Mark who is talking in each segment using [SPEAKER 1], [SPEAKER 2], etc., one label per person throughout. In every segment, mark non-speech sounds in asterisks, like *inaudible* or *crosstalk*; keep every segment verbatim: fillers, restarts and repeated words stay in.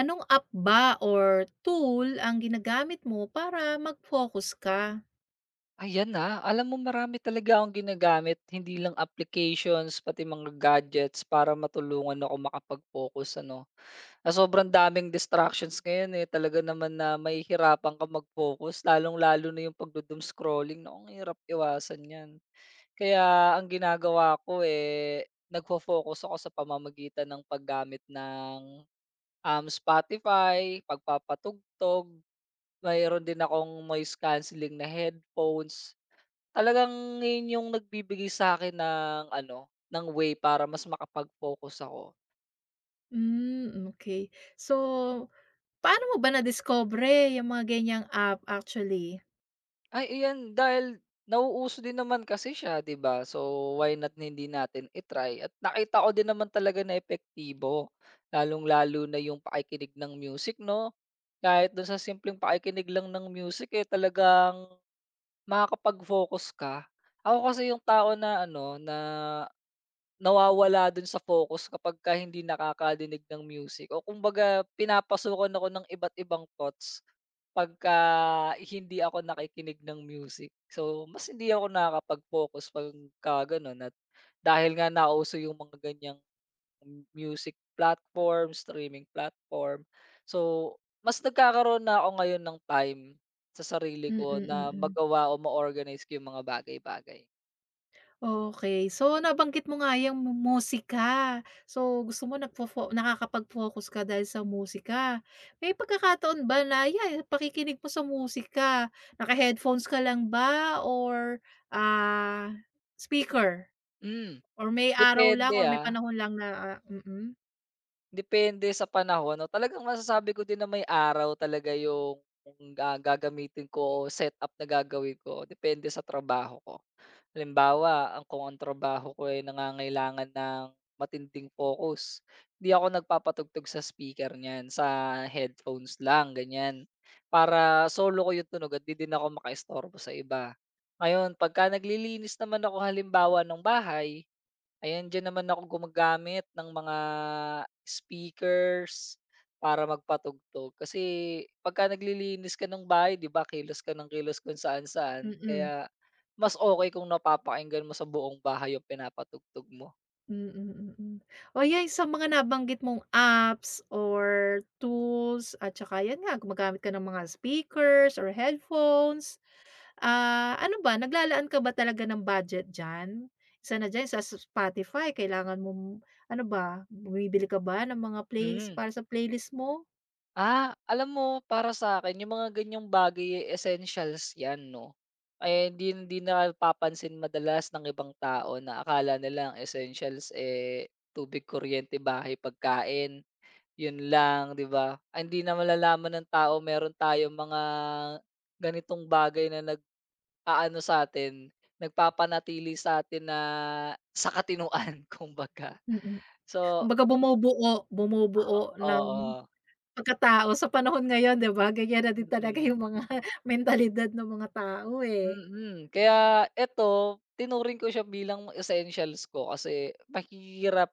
[SPEAKER 1] Anong app ba or tool ang ginagamit mo para mag-focus ka?
[SPEAKER 2] Ayan na, alam mo marami talaga akong ginagamit, hindi lang applications pati mga gadgets para matulungan ako makapag-focus ano. Ah, sobrang daming distractions ngayon, eh, talaga naman na mahihirapan kang mag-focus lalong-lalo na yung pagdo-doom scrolling, naku ang hirap iwasan 'yan. Kaya ang ginagawa ko, eh, nagfo-focus ako sa pamamagitan ng paggamit ng, um, Spotify, pagpapatugtog, mayroon din akong noise cancelling na headphones. Talagang yun yung nagbibigay sa akin ng ano, ng way para mas makapag-focus ako.
[SPEAKER 1] Hmm, okey. So, paano mo ba nadiskubre yang mga ganyang app actually?
[SPEAKER 2] Ay iyan dahil nauuso din naman kasi siya 'di ba, so why not hindi natin i-try at nakita ko din naman talaga na epektibo. Lalong-lalo na yung pakikinig ng music 'no, kahit dun sa simpleng pakikinig lang ng music, eh, talagang makakapag-focus ka. Ako kasi yung tao na ano, na nawawala dun sa focus kapagka hindi nakakarinig ng music o kumbaga pinapasukan ako ng iba't ibang thoughts pagka hindi ako nakikinig ng music. So, mas hindi ako nakakapag-focus pagka gano'n at dahil nga nauso yung mga ganiyang music platform, streaming platform. So, mas nagkakaroon na ako ngayon ng time sa sarili
[SPEAKER 1] Mm,
[SPEAKER 2] ko na
[SPEAKER 1] mm.
[SPEAKER 2] magawa o ma-organize ko yung mga bagay-bagay.
[SPEAKER 1] Okey. So, nabanggit mo nga yung mu musika. So, gusto mo nagfo-fo nakakapag-focus ka dahil sa musika. May pagkakataon ba na yan pakikinig mo sa musika, naka-headphones ka lang ba or, ah, speaker?
[SPEAKER 2] Hmm,
[SPEAKER 1] Or may araw lang
[SPEAKER 2] depende,
[SPEAKER 1] or may
[SPEAKER 2] ah.
[SPEAKER 1] panahon lang na, ah mm,
[SPEAKER 2] Depende sa panahon 'no, talagang masasabi ko din na may araw talaga yung, yung, ah, gagamitin ko o setup na gagawin ko, depende sa trabaho ko. Halimbawa, ang kung ang trabaho ko ay nangangailangan ng matinding focus, hindi ako nagpapatugtog sa speaker niyan, sa headphones lang ganyan. Para solo ko yung tunog at 'di din ako makaistorbo sa iba. Ngayon pagka naglilinis naman ako halimbawa ng bahay, ayan, diyan naman ako gumagamit ng mga speakers para magpatugtog. Kasi pagka naglilinis ka ng bahay, 'di ba, kilos ka ng kilos kung saan-saan.
[SPEAKER 1] mm.
[SPEAKER 2] Kaya mas okay kung napapakinggan mo sa buong bahay yung pinapatugtog mo.
[SPEAKER 1] Mm, mm. O yan sa mga nabanggit mong apps or tools at tsaka yan nga gumagamit ka ng mga speakers or headphones, ah, ano ba naglalaan ka ba talaga ng budget diyan? Isa na diyan sa sa Spotify, kailangan mong ano ba, bumibili ka ba ng mga plays
[SPEAKER 2] Mm.
[SPEAKER 1] para sa playlist mo?
[SPEAKER 2] Ah, alam mo para sa akin yung mga ganiyang bagay, eh, essentials 'yan 'no. Eh, hindi hindi napapansin madalas ng ibang tao na akala nilang essentials, eh, tubig, kuryente, bahay, pagkain. Yun lang, 'di ba? Ay, hindi na malalaman ng tao meron tayong mga ganitong bagay na nag-aano sa sa'tin, nagpapanatili sa sa'tin na sa katinuan *laughs* kumbaga.
[SPEAKER 1] Mm, mm.
[SPEAKER 2] So
[SPEAKER 1] Kumbaga bumubuo, bumubuo ng
[SPEAKER 2] oo,
[SPEAKER 1] pagkatao sa panahon ngayon, 'di ba, ganyan na din talaga
[SPEAKER 2] mm,
[SPEAKER 1] yung mga *laughs* mentalidad ng mga tao, eh.
[SPEAKER 2] mm. Kaya eto, tinuring ko siya bilang essentials ko kasi mahirap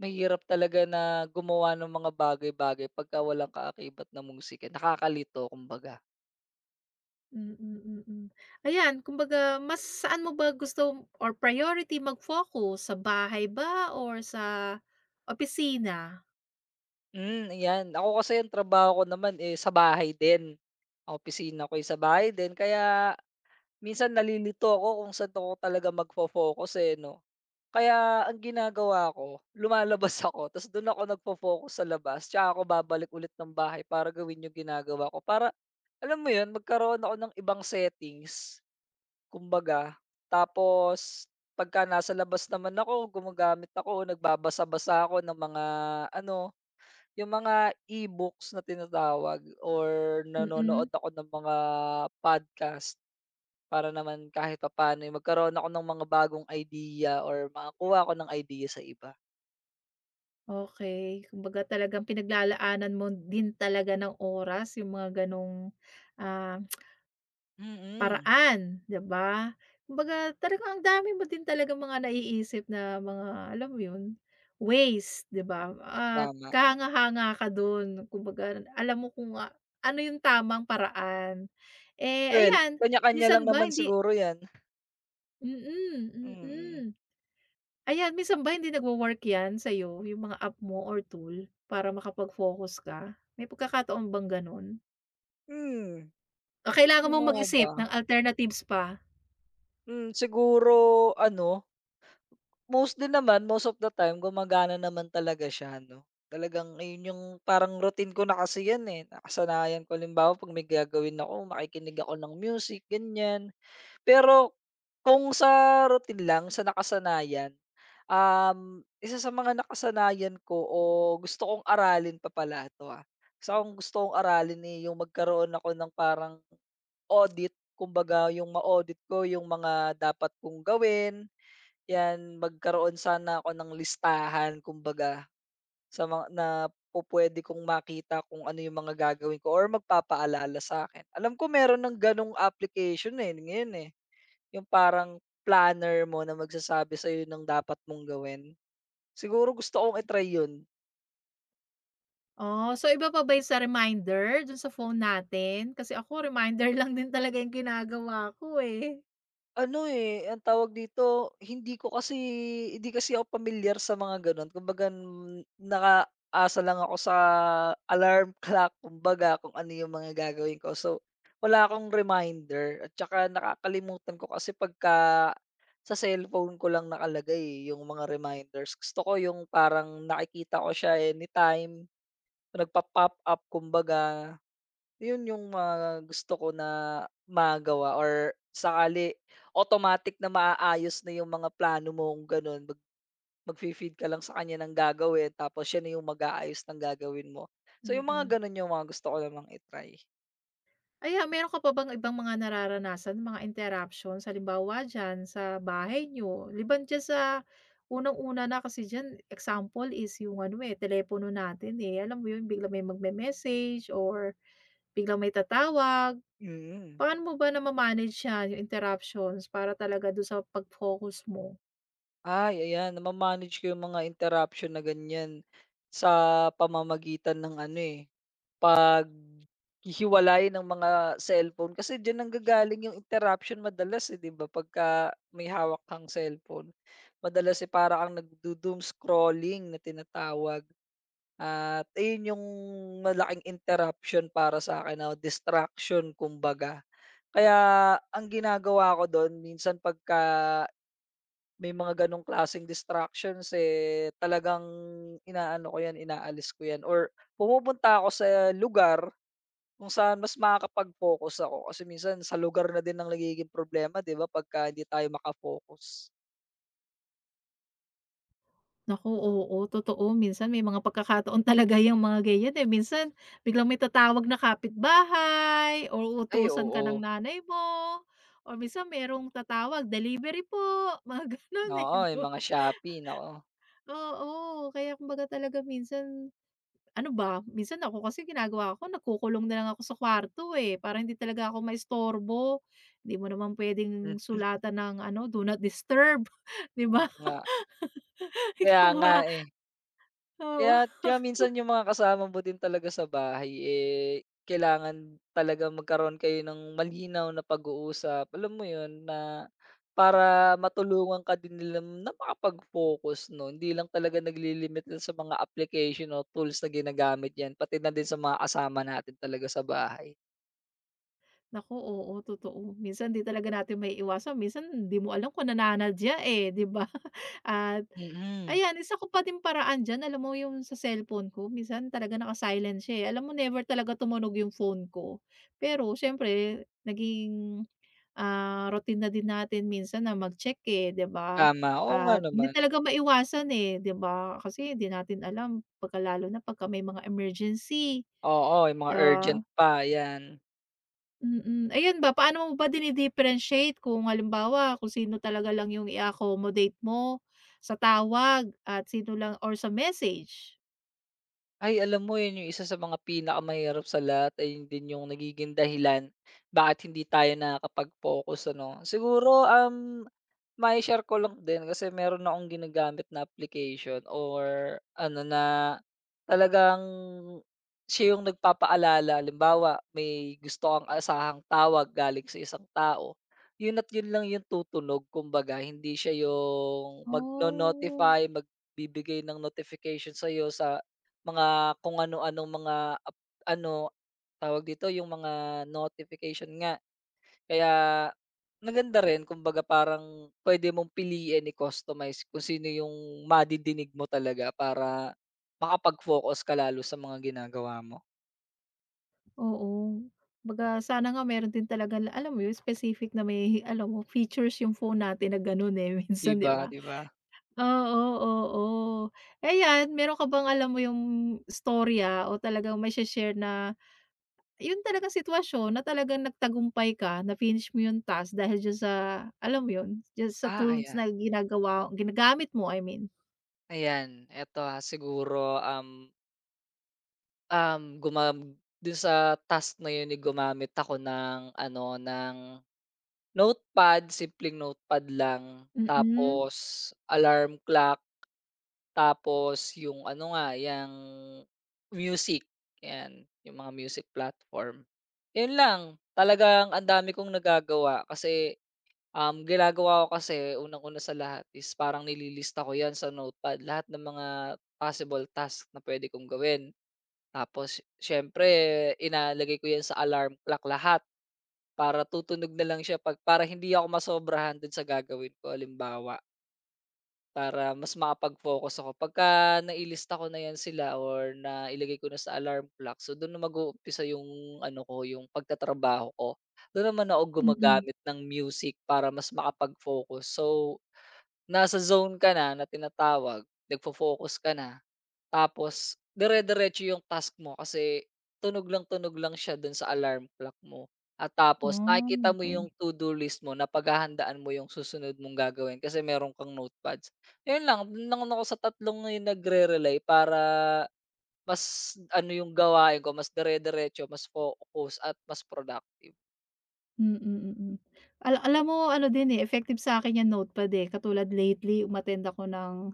[SPEAKER 2] mahirap talaga na gumawa ng mga bagay-bagay pagka walang kaakibat na musika, eh, nakakalito kumbaga.
[SPEAKER 1] Mm, mm. Mm, mm. Ayan, kumbaga mas saan mo ba gusto or priority mag-focus, sa bahay ba or sa opisina?
[SPEAKER 2] Hmm, ayan. Ako kasi ang trabaho ko naman, eh, sa bahay din. Ang opisina ko, eh, sa bahay din kaya minsan nalilito ako kung saan ako talaga magfo-focus, eh, 'no. Kaya ang ginagawa ko, lumalabas *laughs* ako ta's do'n ako nagfo-focus sa labas tsaka ako babalik ulit ng bahay para gawin yung ginagawa ko. Para alam mo 'yun, magkaroon ako ng ibang settings kumbaga. Tapos pagka nasa labas naman ako, gumagamit ako, nagbabasa-basa ako ng mga ano yung mga e-books na tinatawag or
[SPEAKER 1] Mm,
[SPEAKER 2] nanonood ako ng mga podcast para naman kahit papaano, eh, magkaroon ako ng mga bagong idea or makakuha ako ng idea sa iba.
[SPEAKER 1] okey. Kumbaga talagang pinaglalaanan mo din talaga ng oras yung mga gano'ng, ah
[SPEAKER 2] Mm.
[SPEAKER 1] paraan, 'di ba? Kumbaga talagang ang dami mo din talagang mga naiisip na mga, alam mo 'yun, ways, 'di ba? At
[SPEAKER 2] Tama.
[SPEAKER 1] kahanga-hanga ka dun, kumbaga alam mo kung a ano yung tamang paraan. Eh,
[SPEAKER 2] Well,
[SPEAKER 1] ayan,
[SPEAKER 2] kanya-kanya
[SPEAKER 1] minsan
[SPEAKER 2] lang
[SPEAKER 1] ba
[SPEAKER 2] naman
[SPEAKER 1] hindi
[SPEAKER 2] siguro 'yan.
[SPEAKER 1] mm,
[SPEAKER 2] Mm.
[SPEAKER 1] mm. Ayan, minsan ba hindi nagwo-work 'yan sa'yo, yung mga app mo or tool para makapag-focus ka? May pagkakataon bang gano'n?
[SPEAKER 2] Hmm.
[SPEAKER 1] O kailangan
[SPEAKER 2] Ano
[SPEAKER 1] mong
[SPEAKER 2] nga
[SPEAKER 1] mag-isip
[SPEAKER 2] ba?
[SPEAKER 1] ng alternatives pa?
[SPEAKER 2] Hmm, siguro ano most din naman, most of the time gumagana naman talaga siya 'no. Talagang ayun yung parang routine ko na kasi 'yan, eh, nakasanayan ko. Halimbawa 'pag may gagawin ako makikinig ako ng music ganyan. Pero kung sa routine lang, sa nakasanayan, um, isa sa mga nakasanayan ko o gusto kong aralin pa pala 'to, ah. Isa kong gusto kong aralin, eh, yung magkaroon ako ng parang audit. Kumbaga yung ma-audit ko yung mga dapat kong gawin, 'yan, magkaroon sana ako ng listahan kumbaga sa mga na pupuwede kong makita kung ano yung mga gagawin ko or magpapaalala sa akin Alam ko meron ng gano'ng application, eh, ngayon, eh, yung parang planner mo na magsasabi sa'yo ng dapat mong gawin. Siguro gusto kong i-try 'yun.
[SPEAKER 1] Oh, so iba pa ba yun sa reminder dun sa phone natin? Kasi ako reminder *laughs* lang din talaga yung ginagawa ko, eh.
[SPEAKER 2] Ano, eh, ang tawag dito, hindi ko kasi hindi kasi ako familiar sa mga gano'n. Kumbaga n- nakaasa lang ako sa alarm *laughs* clock kumbaga kung ano yung mga gagawin ko. So, wala akong reminder at saka nakakalimutan ko kasi pagka sa cellphone ko lang nakalagay, eh, yung mga reminders. Gusto ko yung parang nakikita ko siya anytime, nagpa-pop up kumbaga. Yun yung mga gusto ko na magawa or sakali automatic na maaayos na yung mga plano mong gano'n, mag magfi-feed ka lang sa kanya ng gagawin tapos siya na yung mag-aayos ng gagawin mo. So yung
[SPEAKER 1] Mm.
[SPEAKER 2] mga gano'n yung mga gusto ko namang i
[SPEAKER 1] Ayan, meron ka pa bang ibang mga nararanasan, mga interruptions? Halimbawa diyan sa bahay nyo liban diyan sa unang-una na kasi diyan example is yung ano, eh, telepono natin, eh. Alam mo yun, biglang may magme-message or biglang may tatawag.
[SPEAKER 2] Mm.
[SPEAKER 1] Paano mo ba nama-manage yan, yung interruptions para talaga dun sa pag-focus mo?
[SPEAKER 2] Ay, ayan nama ko yung mga interruption na ganyan sa pamamagitan ng ano, eh, paghihiwalay ng mga cellphone kasi diyan nanggagaling yung interruption madalas, eh, 'di ba, pagka may hawak kang cellphone. Madalas, eh, para kang nagdo-doom scrolling na tinatawag at ayun yung malaking interruption para sa'kin o distraction kumbaga. Kaya ang ginagawa ko dun minsan pagka may mga ganong klaseng distractions, eh, talagang inaano ko yan, inaalis ko yan or pumupunta ako sa lugar kung saan mas makakapag-focus ako kasi minsan sa lugar na din ang nagiging problema 'di ba pagka hindi tayo maka-focus.
[SPEAKER 1] Naku, oo, totoo. Minsan may mga pagkakataon *laughs* talaga yang mga ganyan, eh. Minsan biglang may tatawag na kapitbahay or
[SPEAKER 2] Ay
[SPEAKER 1] uutusan ka ng
[SPEAKER 2] oo.
[SPEAKER 1] nanay mo or minsan merong tatawag, "Delivery po," *laughs* mga gano'n, eh,
[SPEAKER 2] Oo,
[SPEAKER 1] *laughs* 'di
[SPEAKER 2] yung
[SPEAKER 1] ba?
[SPEAKER 2] mga Shopee naku.
[SPEAKER 1] Oo, kaya kumbaga talaga minsan ano ba, minsan ako kasi ginagawa ko nagkukulong na lang ako sa kwarto, eh, para hindi talaga ako maistorbo. Hindi mo naman puwedeng
[SPEAKER 2] Hmm.
[SPEAKER 1] sulatan ng ano, "Do not disturb," *laughs* 'di ba?
[SPEAKER 2] oo nga,
[SPEAKER 1] *laughs*
[SPEAKER 2] kaya
[SPEAKER 1] Ikaw
[SPEAKER 2] nga,
[SPEAKER 1] ba?
[SPEAKER 2] eh.
[SPEAKER 1] Oo.
[SPEAKER 2] Kaya kaya minsan yung mga kasama mo din talaga sa bahay, eh, kailangan talaga magkaroon kayo ng malinaw na pag-uusap, alam mo yun, na para matulungan ka din nila na makapag-focus 'no, hindi lang talaga naglilimit dun sa mga application o tools na ginagamit 'yan, pati na din sa mga kasama natin talaga sa bahay.
[SPEAKER 1] Naku, oo, totoo. Minsan 'di talaga natin may iwasan, minsan di mo alam kung nananadya, eh, 'di ba? *laughs* At
[SPEAKER 2] Mm.
[SPEAKER 1] ayan, isa ko pa din paraan diyan, alam mo yung sa cellphone ko, minsan talaga naka-silent siya, eh. Alam mo never talaga tumunog yung phone ko. Pero siyempre naging, ah, routine na din natin minsan na mag-check, eh, 'di ba?
[SPEAKER 2] Tama, oo nga
[SPEAKER 1] At hindi
[SPEAKER 2] naman.
[SPEAKER 1] talaga maiwasan, eh, 'di ba? Kasi hindi natin alam pagka lalo na pagka may mga emergency,
[SPEAKER 2] Oo, yung mga urgent pa, 'yan.
[SPEAKER 1] mm, ayun ba, paano mo ba dini-differentiate kung halimbawa kung sino talaga lang yung i-accommodate mo sa tawag at sino lang or sa message?
[SPEAKER 2] Ay, alam mo yun yung isa sa mga pinakamahirap sa lahat ay yun din yung nagiging dahilan bakit hindi tayo nakakapag-focus ano. Siguro, um mai-share ko lang din kasi meron akong ginagamit na application or ano na talagang siya yung nagpapaalala. Halimbawa, may gusto kang asahang tawag galing sa isang tao, yun at yun lang yung tutunog kumbaga. Hindi siya yung
[SPEAKER 1] Oh.
[SPEAKER 2] magno-notify, magbibigay ng notification sa'yo sa mga kung ano-anong mga ap- ano, tawag dito, yung mga notification nga. Kaya maganda rin kumbaga parang puwede mong piliin i-customize kung sino yung madidinig mo talaga para makapag-focus ka lalo sa mga ginagawa mo,
[SPEAKER 1] Oo, kumbaga sana nga meron din talagang alam mo yun specific na may alam mo features yung phone natin na ganun, eh, *laughs*
[SPEAKER 2] 'di
[SPEAKER 1] minsan 'di
[SPEAKER 2] ba,
[SPEAKER 1] ba?
[SPEAKER 2] 'di ba?
[SPEAKER 1] Oo, oo. Eh, 'yan, meron ka bang alam mo yung storya o talagang may share na yun talagang sitwasyon na talagang nagtagumpay ka, na-finish mo yung task dahil diyan sa alam mo yun, diyan sa
[SPEAKER 2] Ah,
[SPEAKER 1] tools
[SPEAKER 2] ayan.
[SPEAKER 1] na ginagawa ginagamit mo, I mean.
[SPEAKER 2] Ayan, eto, ah, siguro, um, um, gumam do'n sa task na 'yun, eh, gumamit ako ng ano, ng notepad, simpleng notepad lang
[SPEAKER 1] Mm,
[SPEAKER 2] tapos alarm clock. Tapos yung ano nga, yung music, 'yan, yung mga music platform. 'Yun lang, talagang ang dami kong nagagawa kasi, um, ginagawa ko kasi unang-una sa lahat is parang nililista ko 'yan sa notepad, lahat ng mga possible task na puwede kong gawin. Tapos siyempre inaalagay ko 'yan sa alarm clock lahat para tutunog na lang siya 'pag para hindi ako masobrahan do'n sa gagawin ko, halimbawa para mas makapag-focus ako. Pagka nailista ko na 'yan sila or nailagay ko na sa alarm clock, so do'n na mag-uumpisa yung ano ko, yung pagtatrabaho ko. Do'n naman ako
[SPEAKER 1] mm.
[SPEAKER 2] gumagamit ng music para mas makapag-focus. So, nasa zone ka na na tinatawag, nagfo-focus ka na. Tapos dire-diretso yung task mo kasi tunog lang tunog lang siya dun sa alarm clock mo. At tapos
[SPEAKER 1] Oh,
[SPEAKER 2] nakikita mo yung
[SPEAKER 1] okey.
[SPEAKER 2] to-do list mo na paghahandaan mo yung susunod mong gagawin kasi meron kang notepads. yun lang, dun lang ako sa tatlong na yun nagre-rely para mas ano yung gawain ko, mas dire-diretso, mas focus at mas productive.
[SPEAKER 1] Mm, mm. Ala alam mo ano din, eh, effective sa'kin yang notepad, eh, katulad lately umattend ako ng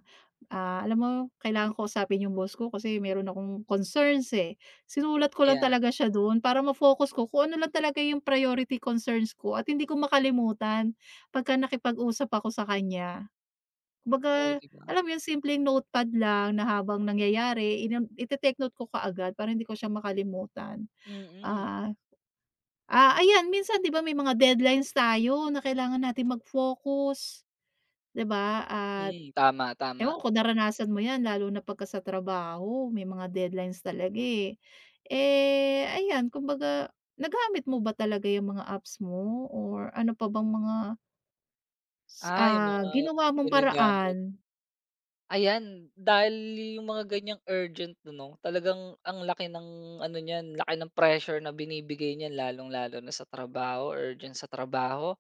[SPEAKER 1] ah, alam mo kailangan kausapin yung boss ko kasi meron akong concerns, eh. Sinulat ko lang
[SPEAKER 2] Yeah,
[SPEAKER 1] talaga siya do'n para ma-focus ko kung ano lang talaga yung priority concerns ko at hindi ko makalimutan pagka nakipag-usap ako sa kanya.
[SPEAKER 2] oo,
[SPEAKER 1] Kumbaga,
[SPEAKER 2] 'di ba?
[SPEAKER 1] alam mo yun, simpleng notepad lang na habang nangyayari, ino ite-take note ko kaagad para hindi ko siya makalimutan.
[SPEAKER 2] Mm,
[SPEAKER 1] Ah, ah, ayan, minsan 'di ba may mga deadlines tayo na kailangan natin mag-focus, 'di ba? At
[SPEAKER 2] mm, tama, tama.
[SPEAKER 1] ewan ko naranasan mo 'yan lalo na pagka sa trabaho may mga deadlines talaga, eh. Eh, ayan, kumbaga nagamit mo ba talaga yung mga apps mo or ano pa bang mga s
[SPEAKER 2] Ah, yung
[SPEAKER 1] ah,
[SPEAKER 2] mga
[SPEAKER 1] ginawa mong paraan?
[SPEAKER 2] ginagamit. Ayan, dahil yung mga ganiyang urgent 'no, talagang ang laki ng ano niyan, laki ng pressure na binibigay niyan lalong-lalo na sa trabaho, urgent sa trabaho.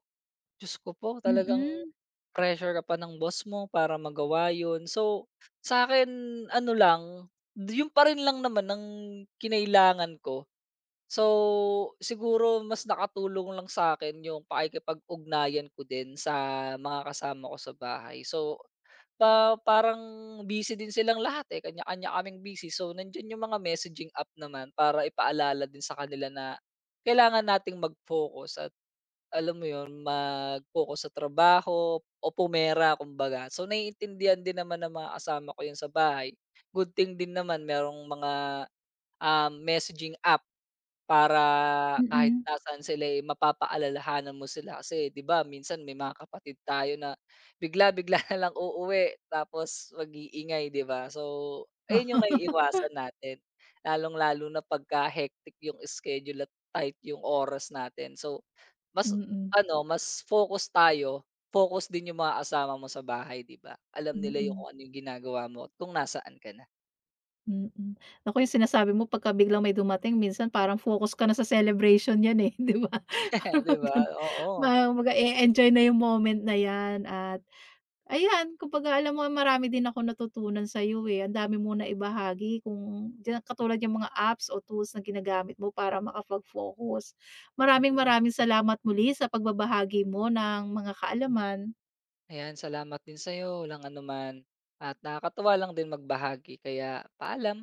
[SPEAKER 2] Diyos ko po, talagang
[SPEAKER 1] Mm,
[SPEAKER 2] pressure ka pa ng boss mo para magawa yun. So, sa akin ano lang, d- yun pa rin lang naman ang kinailangan ko. So, siguro mas nakatulong lang sa akin yung pakikipag-ugnayan ko din sa mga kasama ko sa bahay. So pa parang busy din silang lahat, eh, kanya-kanya kaming busy. So, nandyan yung mga messaging app naman para ipaalala din sa kanila na kailangan nating mag-focus at alam mo yun, mag-focus sa trabaho o pumera kumbaga. So, naiintindihan din naman ng mga kasama ko yun sa bahay. Good thing din naman merong mga, um, messaging app para kahit
[SPEAKER 1] mm.
[SPEAKER 2] nasaan sila, eh, mapapaalalahanan mo sila kasi 'di ba minsan may mga kapatid tayo na bigla-bigla *laughs* na lang uuwi tapos mag-iingay 'di ba? So, ayun yung naiiwasan natin, lalong-lalo na pagka hectic yung schedule at tight yung oras natin. So, mas
[SPEAKER 1] Mm,
[SPEAKER 2] ano, mas focus tayo, focus din yung mga kasama mo sa bahay 'di ba? Alam nila yung
[SPEAKER 1] mm,
[SPEAKER 2] kung ano yung ginagawa mo at kung nasaan ka na,
[SPEAKER 1] mm. Naku, *laughs* yung sinasabi mo pagka biglang may dumating minsan parang focus ka na sa celebration 'yan, eh, *laughs* 'di ba?
[SPEAKER 2] *laughs*
[SPEAKER 1] Parang
[SPEAKER 2] 'di
[SPEAKER 1] 'pag
[SPEAKER 2] ba?
[SPEAKER 1] gano'n,
[SPEAKER 2] Oo.
[SPEAKER 1] mag-e-enjoy na yung moment na 'yan at ayan, kumbaga alam mo marami din akong natutunan sa'yo, eh, ang dami mo na ibahagi kung diyan katulad yung mga apps o tools na ginagamit mo para makapag-focus. Maraming maraming salamat muli sa pagbabahagi mo ng mga kaalaman.
[SPEAKER 2] Ayan, salamat din sa'yo, walang anuman. At nakakatuwa lang din magbahagi, kaya paalam.